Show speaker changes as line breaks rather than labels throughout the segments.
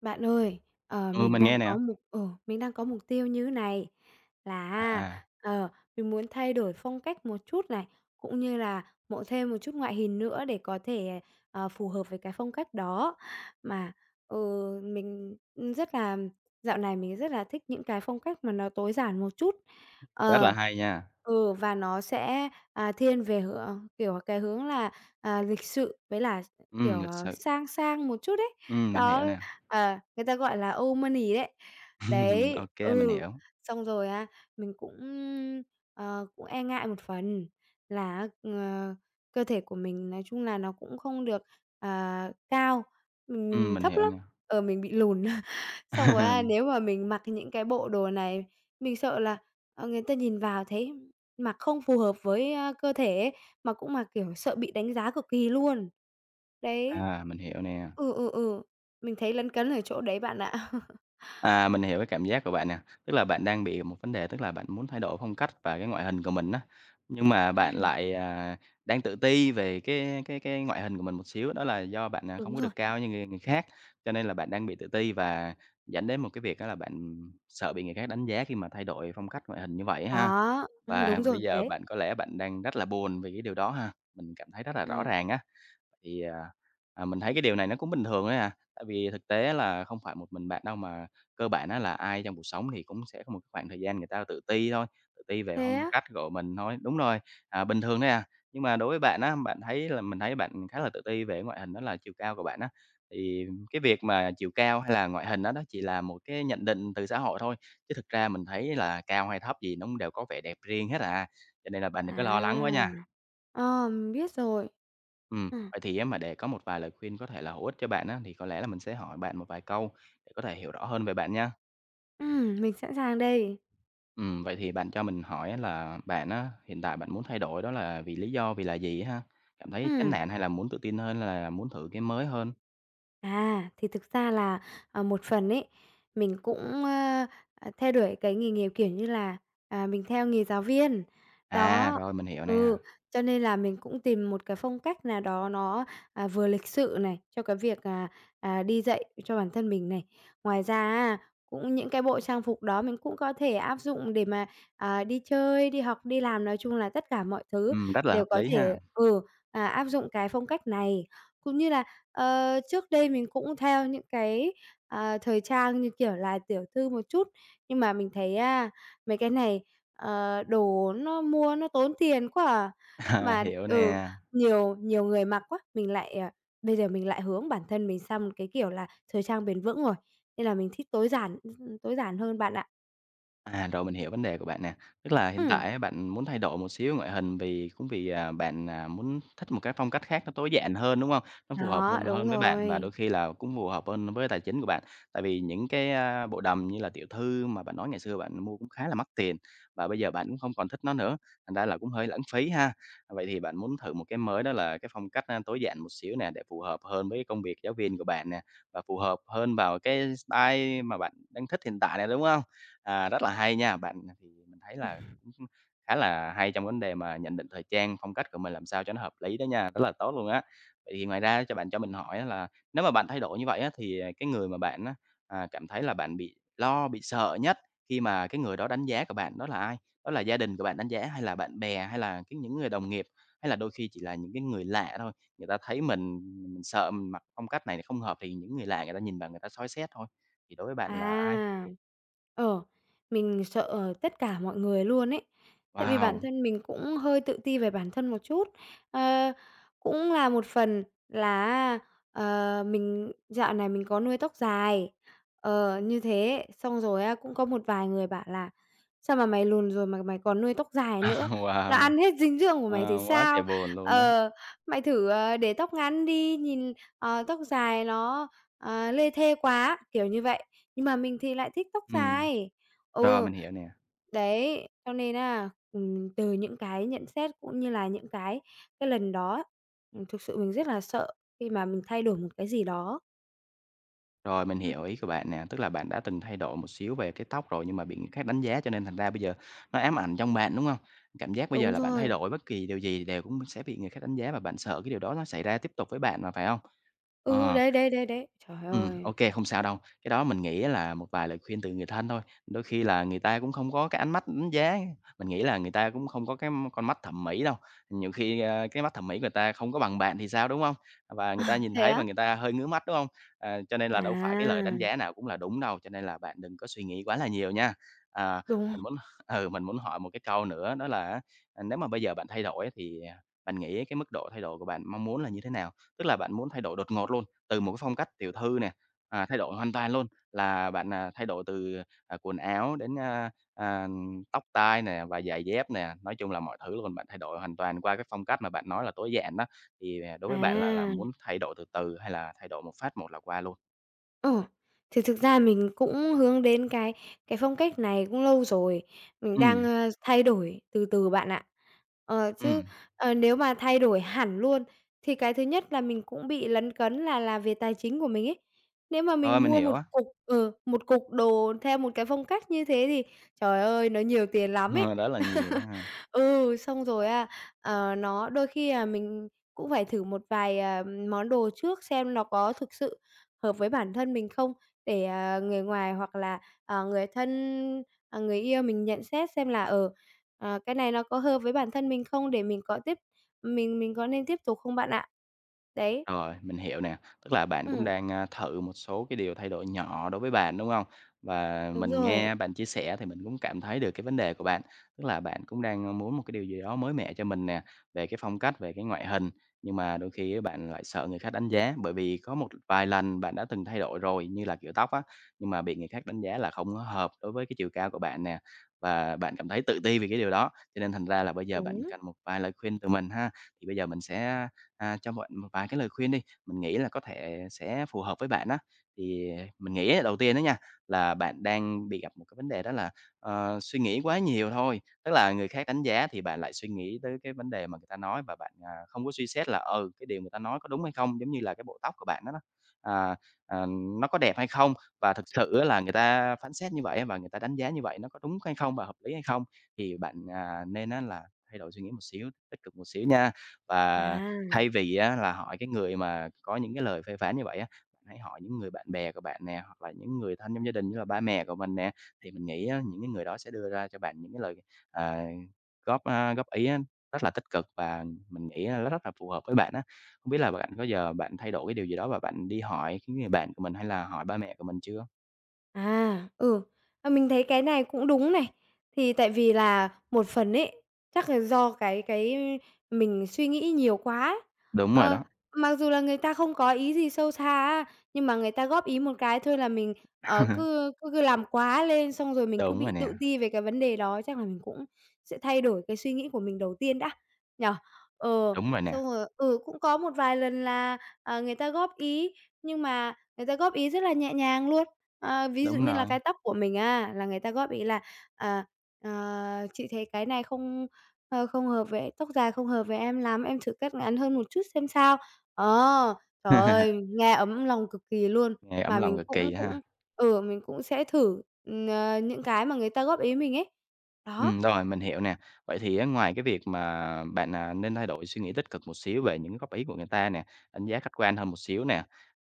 Bạn ơi,
Ừ,
mình
mình
đang
nghe nè.
có mục tiêu như thế này là
À,
ờ, mình muốn thay đổi phong cách một chút này, cũng như là thêm một chút ngoại hình nữa để có thể, phù hợp với cái phong cách đó. Mà, ừ, mình, rất là dạo này mình rất là thích những cái phong cách mà nó tối giản một chút.
rất là
Ờ,
hay nha.
và nó sẽ, thiên về hướng kiểu, cái hướng là, lịch sự với là, kiểu,
Lịch sự.
sang sang một chút đấy.
Mình hiểu
Đó,
nè.
Người ta gọi là old money đấy. Đấy,
Ok, mình hiểu.
xong rồi á, mình cũng, ờ, cũng e ngại một phần là á, cơ thể của mình nói chung là nó cũng không được, cao, mình
Mình
thấp
hiểu
lắm,
nè.
mình bị lùn. Xong rồi á, nếu mà mình mặc những cái bộ đồ này, mình sợ là, người ta nhìn vào thấy mặc không phù hợp với, cơ thể ấy, mà, kiểu, sợ bị đánh giá cực kỳ luôn. Đấy.
À, mình hiểu nè.
Ừ, ừ, ừ. Mình thấy lấn cấn ở chỗ đấy bạn ạ.
À, mình hiểu cái cảm giác của bạn nè. Tức là bạn đang bị một vấn đề, tức là bạn muốn thay đổi phong cách và cái ngoại hình của mình á, nhưng mà bạn
Ừm.
lại, đang tự ti về cái ngoại hình của mình một xíu, đó là do bạn, không
Đúng
có
rồi,
được cao như người người khác, cho nên là bạn đang bị tự ti và dẫn đến một cái việc đó là bạn sợ bị người khác đánh giá khi mà thay đổi phong cách ngoại hình như vậy ha.
đó,
Và
đúng
bây
rồi,
giờ
đấy,
bạn có lẽ bạn đang rất là buồn về cái điều đó ha? Mình cảm thấy rất là rõ
ừm,
ràng á. Thì mình thấy cái điều này nó cũng bình thường đấy à, tại vì thực tế là không phải một mình bạn đâu, mà cơ bản á là ai trong cuộc sống thì cũng sẽ có một cái khoảng thời gian người ta tự ti thôi, tự ti về
thế
phong
á?
cách của mình thôi. Đúng rồi, à, bình thường đấy à. Nhưng mà đối với bạn á, bạn thấy là mình thấy bạn khá là tự ti về ngoại hình đó là chiều cao của bạn á, thì cái việc mà chiều cao hay là ngoại hình đó, đó chỉ là một cái nhận định từ xã hội thôi, chứ thực ra mình thấy là cao hay thấp gì nó cũng đều có vẻ đẹp riêng hết à, cho nên là bạn đừng có lo lắng
À,
quá nha.
mình biết rồi. Ừm,
Vậy thì á mà để có một vài lời khuyên có thể là hữu ích cho bạn á, thì có lẽ là mình sẽ hỏi bạn một vài câu để có thể hiểu rõ hơn về bạn nha.
mình sẵn sàng đây.
Vậy thì bạn cho mình hỏi á là bạn á, hiện tại bạn muốn thay đổi đó là vì lý do, vì là gì á ha? Cảm thấy chán
Ừm.
nản hay là muốn tự tin hơn, là muốn thử cái mới hơn?
Thì thực ra là, một phần ấy, mình cũng, ơ, ờ, à, theo đuổi cái nghề nghiệp, kiểu như là, mình theo nghề giáo viên.
À,
Đó,
rồi mình hiểu nè.
ừ, cho nên là mình cũng tìm một cái phong cách nào đó nó, vừa lịch sự này, cho cái việc, đi dạy cho bản thân mình này. Ngoài ra á, cũng những cái bộ trang phục đó mình cũng có thể áp dụng để mà, đi chơi, đi học, đi làm, nói chung là tất cả mọi thứ
Rất là
đều
hợp
có
lý ha.
thể áp dụng cái phong cách này. Cũng như là Ờ, Trước đây mình cũng theo những cái, thời trang như kiểu là tiểu thư một chút, nhưng mà mình thấy, mấy cái này, đồ nó mua nó tốn tiền quá à.
À,
Mà
hiểu nè.
nhiều nhiều người mặc quá, mình lại, à bây giờ mình lại hướng bản thân mình sang một cái kiểu là thời trang bền vững rồi, nên là mình thích tối giản hơn bạn ạ.
À, rồi mình hiểu vấn đề của bạn nè. Tức là hiện
Ừm,
tại á, bạn muốn thay đổi một xíu ngoại hình vì cũng vì, bạn, muốn thích một cái phong cách khác nó tối giản hơn, đúng không? Nó phù hợp
đó,
hơn
đúng
hơn với bạn và
rồi.
đôi khi là cũng phù hợp hơn với tài chính của bạn. Tại vì những cái, bộ đầm như là tiểu thư mà bạn nói ngày xưa bạn mua cũng khá là mắc tiền và bây giờ bạn cũng không còn thích nó nữa, thành ra là cũng hơi lãng phí ha. À, vậy thì bạn muốn thử một cái mới đó là cái phong cách, tối giản một xíu nè, để phù hợp hơn với công việc giáo viên của bạn nè, và phù hợp hơn vào cái style mà bạn đang thích hiện tại nè, đúng không? À, rất là hay nha, bạn thì mình thấy là cũng khá là hay trong vấn đề mà nhận định thời trang, phong cách của mình làm sao cho nó hợp lý đó nha, rất là tốt luôn á. Vậy thì ngoài ra cho bạn cho mình hỏi á là nếu mà bạn thay đổi như vậy á, thì, cái người mà bạn á, cảm thấy là bạn bị lo, bị sợ nhất khi mà cái người đó đánh giá của bạn đó là ai? Đó là gia đình của bạn đánh giá, hay là bạn bè, hay là cái những người đồng nghiệp, hay là đôi khi chỉ là những cái người lạ thôi, người ta thấy mình sợ mình mặc phong cách này không hợp thì những người lạ người ta nhìn vào người ta soi xét thôi, thì đối với bạn là ai?
À, ờ, mình sợ tất cả mọi người luôn ấy. Tại vì bản
Wow!
thân mình cũng hơi tự ti về bản thân một chút. Ờ, Cũng là một phần là ờ, mình dạo này mình có nuôi tóc dài, như thế, xong rồi á, cũng có một vài người bảo là "Sao mà mày lùn rồi mà mày còn nuôi tóc dài nữa?
À,
Nó
wow!
ăn hết dinh dưỡng của
Ờ,
mày thì
quá trời
sao?
buồn luôn á.
Ờ, Mày thử, để tóc ngắn đi, nhìn, tóc dài nó, lê thê quá", kiểu như vậy. Nhưng mà mình thì lại thích tóc
Ừm,
dài.
rồi,
Ừ,
mình hiểu nè.
đấy, cho nên á, từ những cái nhận xét cũng như là những cái lần đó, thực sự mình rất là sợ khi mà mình thay đổi một cái gì đó.
Rồi, mình
Ừm.
hiểu ý của bạn nè, tức là bạn đã từng thay đổi một xíu về cái tóc rồi nhưng mà bị người khác đánh giá cho nên thành ra bây giờ nó ám ảnh trong bạn, đúng không? Cảm giác bây giờ
Đúng
là bạn thay
rồi.
đổi bất kỳ điều gì đều cũng sẽ bị người khác đánh giá và bạn sợ cái điều đó nó xảy ra tiếp tục với bạn mà, phải không?
Ừ,
Ờ.
đấy, đấy, đấy, đấy. Trời ơi!
Ok không sao đâu. Cái đó mình nghĩ là một vài lời khuyên từ người thân thôi. Đôi khi là người ta cũng không có cái ánh mắt đánh giá, mình nghĩ là người ta cũng không có cái con mắt thẩm mỹ đâu. Nhiều khi, cái mắt thẩm mỹ người ta không có bằng bạn thì sao, đúng không? Và người ta nhìn
Thế
thấy và
á?
người ta hơi ngứa mắt, đúng không? Ờ, cho nên là đâu phải cái lời đánh
À,
giá nào cũng là đúng đâu, cho nên là bạn đừng có suy nghĩ quá là nhiều nha. À,
đúng rồi.
mình muốn ừ, mình muốn hỏi một cái câu nữa đó là nếu mà bây giờ bạn thay đổi á thì, bạn nghĩ cái mức độ thay đổi của bạn mong muốn là như thế nào? Tức là bạn muốn thay đổi đột ngột luôn, từ một cái phong cách tiểu thư nè, thay đổi hoàn toàn luôn, là bạn, thay đổi từ, quần áo đến, tóc tai nè và giày dép nè, nói chung là mọi thứ luôn, bạn thay đổi hoàn toàn qua cái phong cách mà bạn nói là tối giản đó. Thì, đối với bạn là
À.
muốn thay đổi từ từ hay là thay đổi một phát một là qua luôn?
Ờ, thì thực ra mình cũng hướng đến cái phong cách này cũng lâu rồi, mình đang,
Ừm,
thay đổi từ từ bạn ạ. Ờ, chứ,
ừm,
Nếu mà thay đổi hẳn luôn thì cái thứ nhất là mình cũng bị lấn cấn là về tài chính của mình ấy. Nếu mà
rồi,
mình
mình
mua
hiểu á,
một cục đồ theo một cái phong cách như thế thì, trời ơi, nó nhiều tiền lắm ấy.
ờ, rất là nhiều ha.
Ừ, Xong rồi á, nó đôi khi là mình cũng phải thử một vài, món đồ trước xem nó có thực sự hợp với bản thân mình không, để, người ngoài hoặc là, người thân, người yêu mình nhận xét xem là, cái này nó có hợp với bản thân mình không để mình có nên tiếp tục không bạn ạ? Đấy,
Rồi, mình hiểu nè. Tức là bạn cũng
ừm,
đang, thử một số cái điều thay đổi nhỏ đối với bạn, đúng không? Và
đúng
mình
rồi,
nghe bạn chia sẻ thì mình cũng cảm thấy được cái vấn đề của bạn, tức là bạn cũng đang muốn một cái điều gì đó mới mẻ cho mình nè, về cái phong cách, về cái ngoại hình, nhưng mà đôi khi bạn lại sợ người khác đánh giá, bởi vì có một vài lần bạn đã từng thay đổi rồi, như là kiểu tóc á, nhưng mà bị người khác đánh giá là không có hợp đối với cái chiều cao của bạn nè, và bạn cảm thấy tự ti vì cái điều đó, cho nên thành ra là bây giờ bạn
đúng.
cần một vài lời khuyên từ mình ha. Thì bây giờ mình sẽ cho bạn một vài cái lời khuyên đi, mình nghĩ là có thể sẽ phù hợp với bạn á. Thì mình nghĩ á, đầu tiên đó nha, là bạn đang bị gặp một cái vấn đề đó là, ờ, suy nghĩ quá nhiều thôi, tức là người khác đánh giá thì bạn lại suy nghĩ tới cái vấn đề mà người ta nói và bạn, không có suy xét là, ừ, cái điều người ta nói có đúng hay không, giống như là cái bộ tóc của bạn đó đó, à, à, nó có đẹp hay không? Và thực sự á là người ta phán xét như vậy và người ta đánh giá như vậy nó có đúng hay không và hợp lý hay không? Thì bạn, nên á là thay đổi suy nghĩ một xíu, tích cực một xíu nha. Và
À.
thay vì á là hỏi cái người mà có những cái lời phê phán như vậy á, bạn hãy hỏi những người bạn bè của bạn nè, hoặc là những người thân trong gia đình như là ba mẹ của mình nè, thì mình nghĩ á những cái người đó sẽ đưa ra cho bạn những cái lời, ờ, góp ý á rất là tích cực và mình nghĩ là nó rất là phù hợp với bạn á. Không biết là bạn có giờ bạn thay đổi cái điều gì đó và bạn đi hỏi cái người bạn của mình hay là hỏi ba mẹ của mình chưa?
À, ừ, mình thấy cái này cũng đúng này. Thì tại vì là một phần ấy, chắc là do cái mình suy nghĩ nhiều quá ấy.
Đúng rồi
Ờ,
đó.
Mặc dù là người ta không có ý gì sâu xa á, nhưng mà người ta góp ý một cái thôi là mình, cứ cứ cứ làm quá lên, xong rồi mình cứ
Đúng rồi
bị
nè,
tự ti về cái vấn đề đó, chắc là mình cũng sẽ thay đổi cái suy nghĩ của mình đầu tiên đã, nhở. Ờ,
đúng rồi nè,
Xong rồi cũng có một vài lần là, người ta góp ý, nhưng mà người ta góp ý rất là nhẹ nhàng luôn. Ví dụ
đúng
như là
rồi.
cái tóc của mình á, là người ta góp ý là "À, ờ, chị thấy cái này không, ờ, không hợp với tóc dài không hợp với em lắm, em thử cắt ngắn hơn một chút xem sao." Ờ, Trời ơi, nghe ấm lòng cực kỳ luôn,
Nghe ấm
mà
lòng
mình
cực
cũng
kỳ ha.
cũng ừ, mình cũng sẽ thử, những cái mà người ta góp ý mình ấy. Đó,
Rồi, mình hiểu nè. Vậy thì á, ngoài cái việc mà bạn, nên thay đổi suy nghĩ tích cực một xíu về những góp ý của người ta nè, đánh giá khách quan hơn một xíu nè,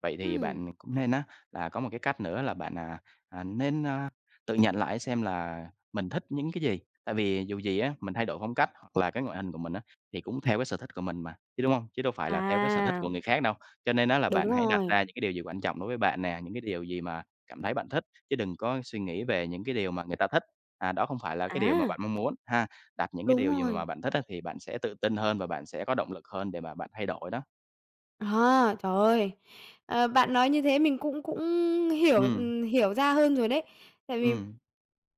vậy thì
ừm.
bạn cũng nên á, là có một cái cách nữa là bạn, à, nên, a, tự nhận lại xem là mình thích những cái gì. Tại vì dù gì á, mình thay đổi phong cách hoặc là cái ngoại hình của mình á, thì cũng theo cái sở thích của mình mà, chứ, đúng không? Chứ đâu phải là theo cái sở thích
À,
của người khác đâu. Cho nên đó là
đúng
bạn hãy đặt
rồi,
ra những cái điều gì quan trọng đối với bạn nè, những cái điều gì mà cảm thấy bạn thích, chứ đừng có suy nghĩ về những cái điều mà người ta thích, à, đó không phải là cái điều mà
à,
bạn mong muốn ha. Đặt những cái
đúng
điều gì
rồi.
mà bạn thích á, thì bạn sẽ tự tin hơn và bạn sẽ có động lực hơn để mà bạn thay đổi đó.
À, trời ơi! Bạn nói như thế mình cũng cũng hiểu,
Ừm,
hiểu ra hơn rồi đấy. Tại vì
ừm,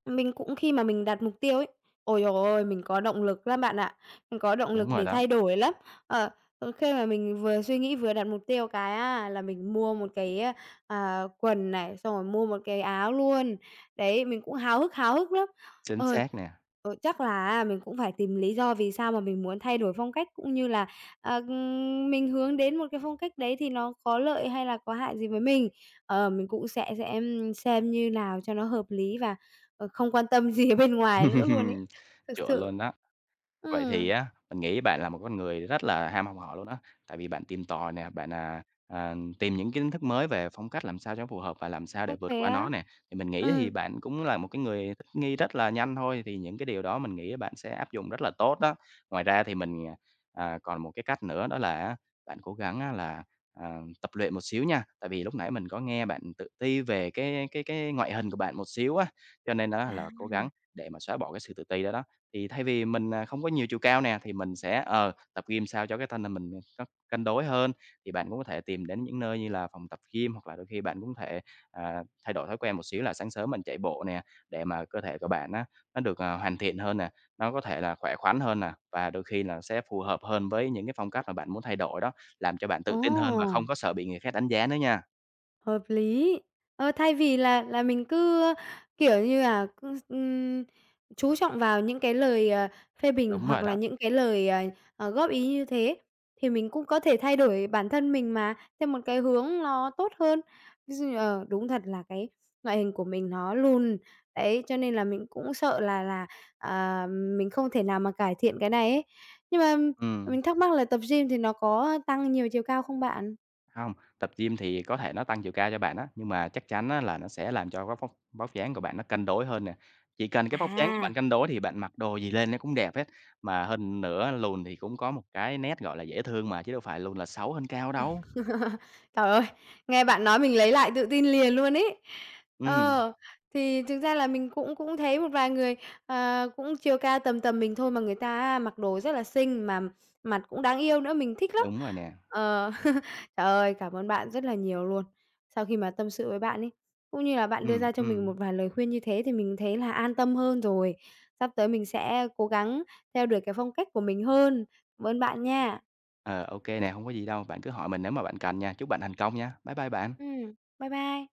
mình cũng khi mà mình đặt mục tiêu ấy, ôi trời ơi, mình có động lực lắm bạn ạ, mình có động
đúng
lực
rồi
để
đó,
thay đổi lắm. Ờ, Khi mà mình vừa suy nghĩ vừa đặt mục tiêu cái á, là mình mua một cái, quần này, xong rồi mua một cái áo luôn. Đấy, mình cũng háo hức lắm.
chính
ơi
xác nè.
Chắc là mình cũng phải tìm lý do vì sao mà mình muốn thay đổi phong cách cũng như là mình hướng đến một cái phong cách đấy thì nó có lợi hay là có hại gì với mình, mình cũng sẽ xem như nào cho nó hợp lý và, không quan tâm gì ở bên ngoài nữa luôn ấy, thực
Chuẩn
sự.
luôn đó. Vậy thì
Ừm,
á, mình nghĩ bạn là một con người rất là ham học hỏi luôn á. Tại vì bạn tìm tòi nè, bạn, tìm những kiến thức mới về phong cách làm sao cho phù hợp và làm sao để
có
vượt
thế
qua nó
á?
nè. Thì mình nghĩ thì
Ừm,
bạn cũng là một cái người thích nghi rất là nhanh thôi, thì những cái điều đó mình nghĩ bạn sẽ áp dụng rất là tốt đó. Ngoài ra thì mình, còn một cái cách nữa đó là bạn cố gắng á là, tập luyện một xíu nha. Tại vì lúc nãy mình có nghe bạn tự ti về cái ngoại hình của bạn một xíu á, cho nên á
à,
là cố gắng để mà xóa bỏ cái sự tự ti đó đó. Thì thay vì mình, không có nhiều chiều cao nè, thì mình sẽ, ờ, tập gym sao cho cái thân hình mình nó cân đối hơn. Thì bạn cũng có thể tìm đến những nơi như là phòng tập gym, hoặc là đôi khi bạn cũng có thể, thay đổi thói quen một xíu là sáng sớm mình chạy bộ nè, để mà cơ thể của bạn á, nó được, hoàn thiện hơn nè, nó có thể là khỏe khoắn hơn nè, và đôi khi là sẽ phù hợp hơn với những cái phong cách mà bạn muốn thay đổi đó, làm cho bạn tự
Ồ!
tin hơn và không có sợ bị người khác đánh giá nữa nha.
Hợp lý. Thay vì là mình cứ, kiểu như là, cứ, chú trọng vào những cái lời, phê bình
Đúng
hoặc
rồi
là
đó,
những cái lời, góp ý như thế, thì mình cũng có thể thay đổi bản thân mình mà, theo một cái hướng nó tốt hơn. Ví dụ như, đúng thật là cái ngoại hình của mình nó lùn, đấy, cho nên là mình cũng sợ là, mình không thể nào mà cải thiện cái này ấy. Nhưng mà
ừm.
mình thắc mắc là tập gym thì nó có tăng nhiều chiều cao không bạn?
Không tập gym thì có thể nó tăng chiều cao cho bạn á, nhưng mà chắc chắn á là nó sẽ làm cho cái vóc vóc dáng của bạn nó cân đối hơn nè. Chỉ cần cái vóc dáng của
À.
bạn cân đối thì bạn mặc đồ gì lên nó cũng đẹp hết. Mà hơn nữa lùn thì cũng có một cái nét, gọi là, dễ thương mà, chứ đâu phải lùn là xấu hơn cao đâu.
Trời ơi, nghe bạn nói mình lấy lại tự tin liền luôn ấy.
Ừm,
Ờ, thì thực ra là mình cũng cũng thấy một vài người, cũng chiều cao tầm tầm mình thôi mà người ta mặc đồ rất là xinh mà mặt cũng đáng yêu nữa, mình thích lắm.
đúng rồi nè.
Ờ, Trời ơi, cảm ơn bạn rất là nhiều luôn. Sau khi mà tâm sự với bạn ấy, cũng như là bạn đưa
Ừm,
ra cho mình
ừm.
một vài lời khuyên như thế thì mình thấy là an tâm hơn rồi. Sắp tới mình sẽ cố gắng theo đuổi cái phong cách của mình hơn. Cảm ơn bạn nha.
Ờ, ô nè, không có gì đâu, bạn cứ hỏi mình nếu mà bạn cần nha. Chúc bạn thành công nha. Bye bye bạn.
Ừm, Bye bye.